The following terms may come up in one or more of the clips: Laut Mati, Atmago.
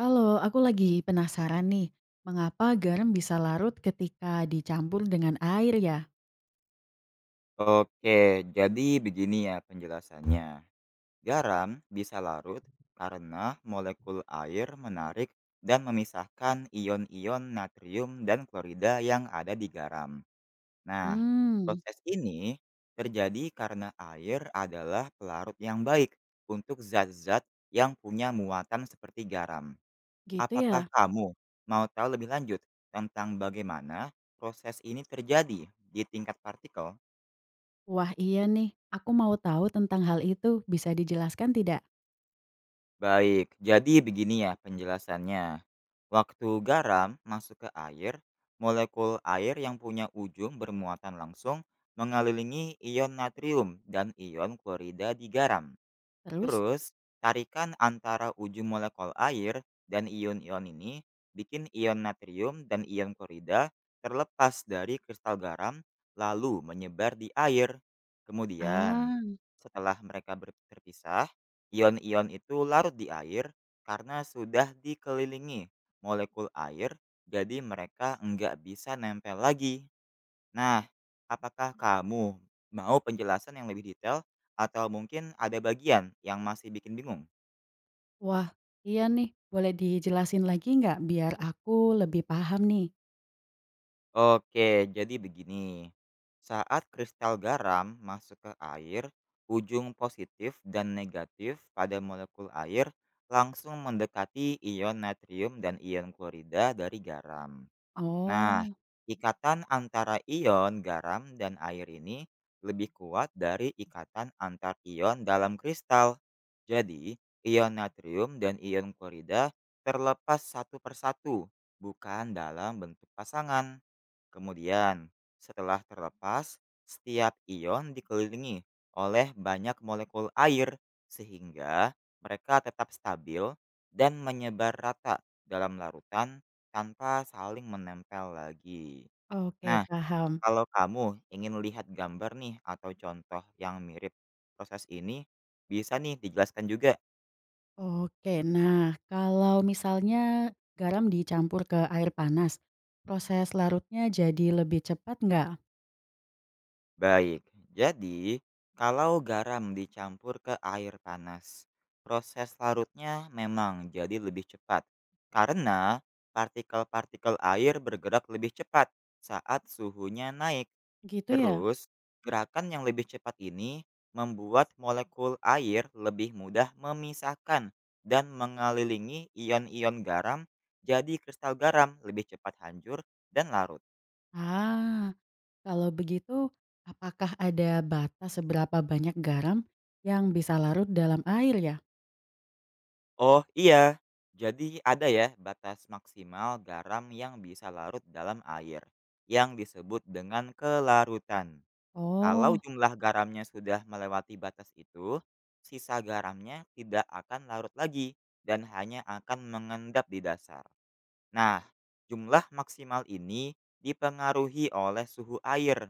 Halo, aku lagi penasaran nih, mengapa garam bisa larut ketika dicampur dengan air ya? Oke, jadi begini ya penjelasannya. Garam bisa larut karena molekul air menarik dan memisahkan ion-ion natrium dan klorida yang ada di garam. Nah, Hmm, proses ini terjadi karena air adalah pelarut yang baik untuk zat-zat yang punya muatan seperti garam. gitu Apakah ya. kamu mau tahu lebih lanjut tentang bagaimana proses ini terjadi di tingkat partikel? Wah iya nih, aku mau tahu tentang hal itu. Bisa dijelaskan tidak? Baik, jadi begini ya penjelasannya. Waktu garam masuk ke air, molekul air yang punya ujung bermuatan langsung mengelilingi ion natrium dan ion klorida di garam. Terus? Terus, tarikan antara ujung molekul air dan ion-ion ini bikin ion natrium dan ion klorida terlepas dari kristal garam lalu menyebar di air. Kemudian, Ah, setelah mereka terpisah, ion-ion itu larut di air karena sudah dikelilingi molekul air, jadi mereka nggak bisa nempel lagi. Nah, apakah kamu mau penjelasan yang lebih detail atau mungkin ada bagian yang masih bikin bingung? wah iya nih. Boleh dijelasin lagi nggak biar aku lebih paham nih? Oke, jadi begini. Saat kristal garam masuk ke air, ujung positif dan negatif pada molekul air langsung mendekati ion natrium dan ion klorida dari garam. Nah, Oh, ikatan antara ion garam dan air ini lebih kuat dari ikatan antar ion dalam kristal. Jadi, ion natrium dan ion klorida terlepas satu persatu, bukan dalam bentuk pasangan. Kemudian, setelah terlepas, setiap ion dikelilingi oleh banyak molekul air sehingga mereka tetap stabil dan menyebar rata dalam larutan tanpa saling menempel lagi. oke Nah, paham. kalau kamu ingin lihat gambar nih atau contoh yang mirip proses ini, bisa nih dijelaskan juga. Oke, nah kalau misalnya garam dicampur ke air panas, proses larutnya jadi lebih cepat nggak? Baik, jadi kalau garam dicampur ke air panas, proses larutnya memang jadi lebih cepat karena partikel-partikel air bergerak lebih cepat saat suhunya naik. Gitu ya? Terus, gerakan yang lebih cepat ini membuat molekul air lebih mudah memisahkan dan mengelilingi ion-ion garam, jadi kristal garam lebih cepat hancur dan larut. Ah, kalau begitu apakah ada batas seberapa banyak garam yang bisa larut dalam air ya? Oh, iya. Jadi ada ya batas maksimal garam yang bisa larut dalam air, yang disebut dengan kelarutan. Kalau Oh, jumlah garamnya sudah melewati batas itu, sisa garamnya tidak akan larut lagi dan hanya akan mengendap di dasar. Nah, jumlah maksimal ini dipengaruhi oleh suhu air.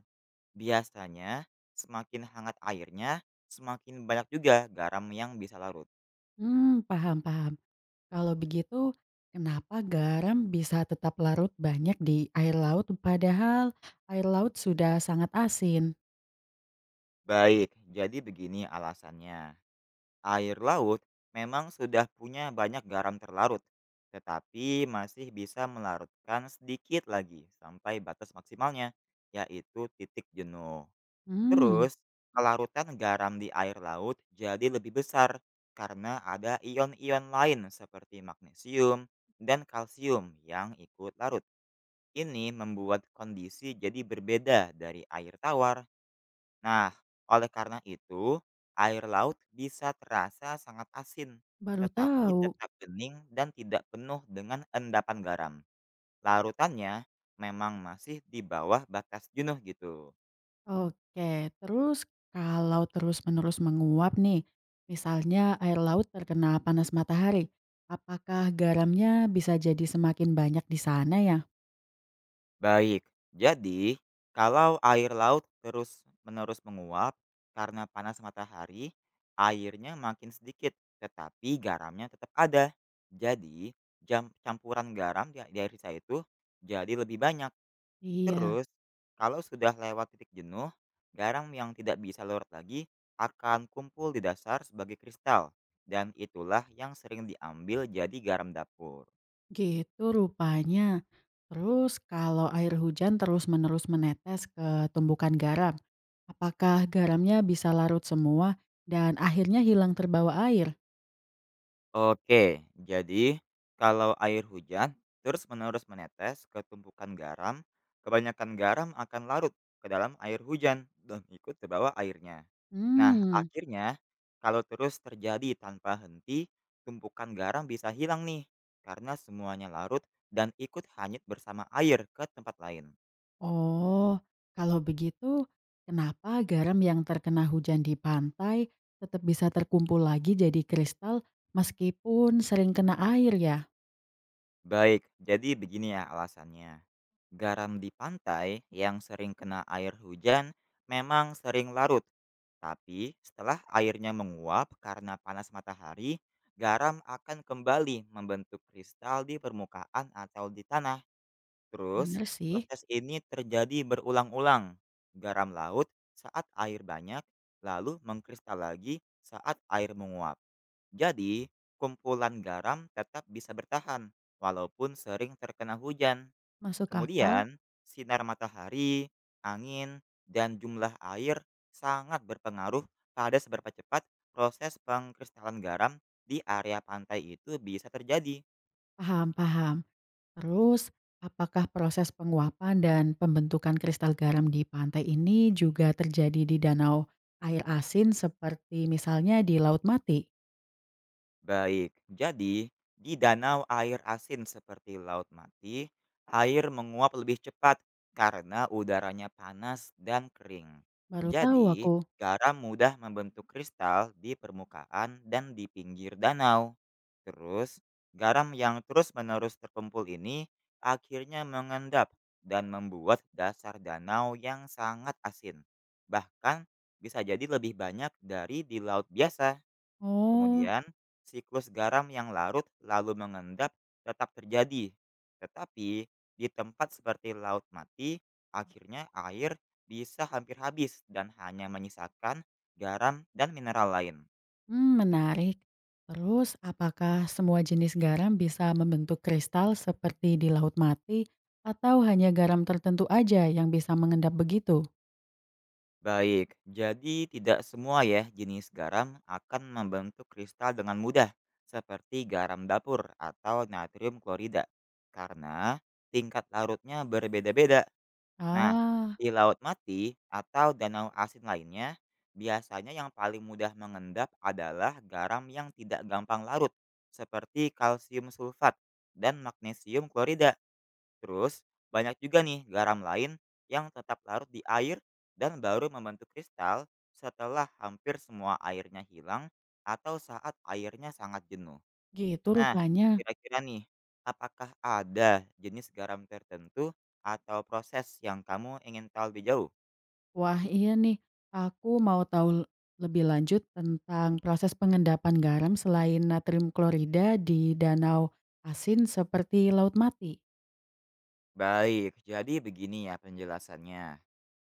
Biasanya, semakin hangat airnya, semakin banyak juga garam yang bisa larut. mmm, paham paham. Kalau begitu kenapa garam bisa tetap larut banyak di air laut padahal air laut sudah sangat asin? Baik, jadi begini alasannya. Air laut memang sudah punya banyak garam terlarut, tetapi masih bisa melarutkan sedikit lagi sampai batas maksimalnya, yaitu titik jenuh. Mmm, Terus, kelarutan garam di air laut jadi lebih besar karena ada ion-ion lain seperti magnesium dan kalsium yang ikut larut. Ini membuat kondisi jadi berbeda dari air tawar. Nah, oleh karena itu, air laut bisa terasa sangat asin, baru tetapi tahu. tetap bening dan tidak penuh dengan endapan garam. Larutannya memang masih di bawah batas jenuh gitu. Oke, terus kalau terus-menerus menguap nih, misalnya air laut terkena panas matahari, apakah garamnya bisa jadi semakin banyak di sana ya? Baik, jadi kalau air laut terus-menerus menguap karena panas matahari, airnya makin sedikit, tetapi garamnya tetap ada. Jadi, jam campuran garam di air sisa itu jadi lebih banyak. Iya, Terus, kalau sudah lewat titik jenuh, garam yang tidak bisa larut lagi akan kumpul di dasar sebagai kristal, dan itulah yang sering diambil jadi garam dapur. gitu rupanya. Terus kalau air hujan terus-menerus menetes ke tumbukan garam, apakah garamnya bisa larut semua dan akhirnya hilang terbawa air? Oke, jadi kalau air hujan terus-menerus menetes ke tumpukan garam, kebanyakan garam akan larut ke dalam air hujan dan ikut ke bawah airnya. Nah, Hmm. akhirnya kalau terus terjadi tanpa henti, tumpukan garam bisa hilang nih karena semuanya larut dan ikut hanyut bersama air ke tempat lain. Oh, kalau begitu, kenapa garam yang terkena hujan di pantai tetap bisa terkumpul lagi jadi kristal meskipun sering kena air ya? Baik, jadi begini ya alasannya. Garam di pantai yang sering kena air hujan memang sering larut. Tapi, setelah airnya menguap karena panas matahari, garam akan kembali membentuk kristal di permukaan atau di tanah. Terus, Bener sih, proses ini terjadi berulang-ulang. Garam laut saat air banyak, lalu mengkristal lagi saat air menguap. Jadi, kumpulan garam tetap bisa bertahan walaupun sering terkena hujan. masuk akal. Kemudian, sinar matahari, angin, dan jumlah air sangat berpengaruh pada seberapa cepat proses pengkristalan garam di area pantai itu bisa terjadi. Paham, paham. Terus, apakah proses penguapan dan pembentukan kristal garam di pantai ini juga terjadi di danau air asin seperti misalnya di Laut Mati? Baik, jadi di danau air asin seperti Laut Mati, air menguap lebih cepat karena udaranya panas dan kering. Baru tahu Jadi, aku. garam mudah membentuk kristal di permukaan dan di pinggir danau. Terus, garam yang terus-menerus terkumpul ini akhirnya mengendap dan membuat dasar danau yang sangat asin. Bahkan bisa jadi lebih banyak dari di laut biasa. Oh, Kemudian, siklus garam yang larut lalu mengendap tetap terjadi. Tetapi, di tempat seperti Laut Mati, akhirnya air bisa hampir habis dan hanya menyisakan garam dan mineral lain. mmm, menarik. Terus apakah semua jenis garam bisa membentuk kristal seperti di Laut Mati atau hanya garam tertentu aja yang bisa mengendap begitu? Baik, jadi tidak semua ya jenis garam akan membentuk kristal dengan mudah, seperti garam dapur atau natrium klorida. Karena tingkat larutnya berbeda-beda. Nah, Ah, di Laut Mati atau danau asin lainnya, biasanya yang paling mudah mengendap adalah garam yang tidak gampang larut, seperti kalsium sulfat dan magnesium klorida. Terus, banyak juga nih garam lain yang tetap larut di air dan baru membentuk kristal setelah hampir semua airnya hilang atau saat airnya sangat jenuh. gitu Nah, rupanya. kira-kira nih, apakah ada jenis garam tertentu atau proses yang kamu ingin tahu lebih jauh? Wah, iya nih, aku mau tahu lebih lanjut tentang proses pengendapan garam selain natrium klorida di danau asin seperti Laut Mati. Baik, jadi begini ya penjelasannya.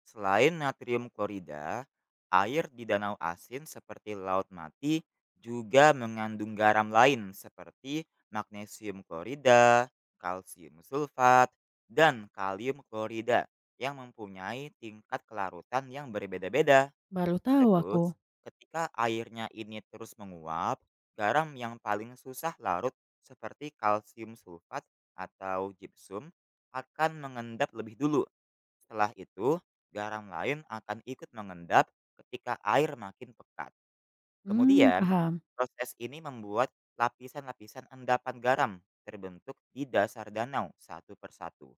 Selain natrium klorida, air di danau asin seperti Laut Mati juga mengandung garam lain seperti magnesium klorida, kalsium sulfat, dan kalium klorida yang mempunyai tingkat kelarutan yang berbeda-beda. Baru tahu aku. Terus, ketika airnya ini terus menguap, garam yang paling susah larut seperti kalsium sulfat atau gypsum akan mengendap lebih dulu. Setelah itu, garam lain akan ikut mengendap ketika air makin pekat. Mmm, Kemudian, paham. proses ini membuat lapisan-lapisan endapan garam terbentuk di dasar danau satu persatu.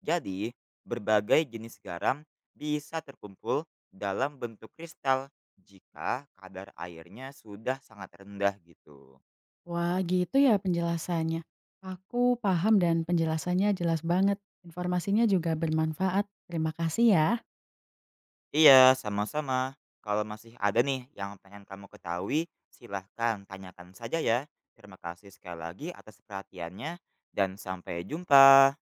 Jadi, berbagai jenis garam bisa terkumpul dalam bentuk kristal jika kadar airnya sudah sangat rendah gitu. Wah, gitu ya penjelasannya. Aku paham dan penjelasannya jelas banget. Informasinya juga bermanfaat. Terima kasih ya. Iya, sama-sama. Kalau masih ada nih yang pengen kamu ketahui, silahkan tanyakan saja ya. Terima kasih sekali lagi atas perhatiannya dan sampai jumpa.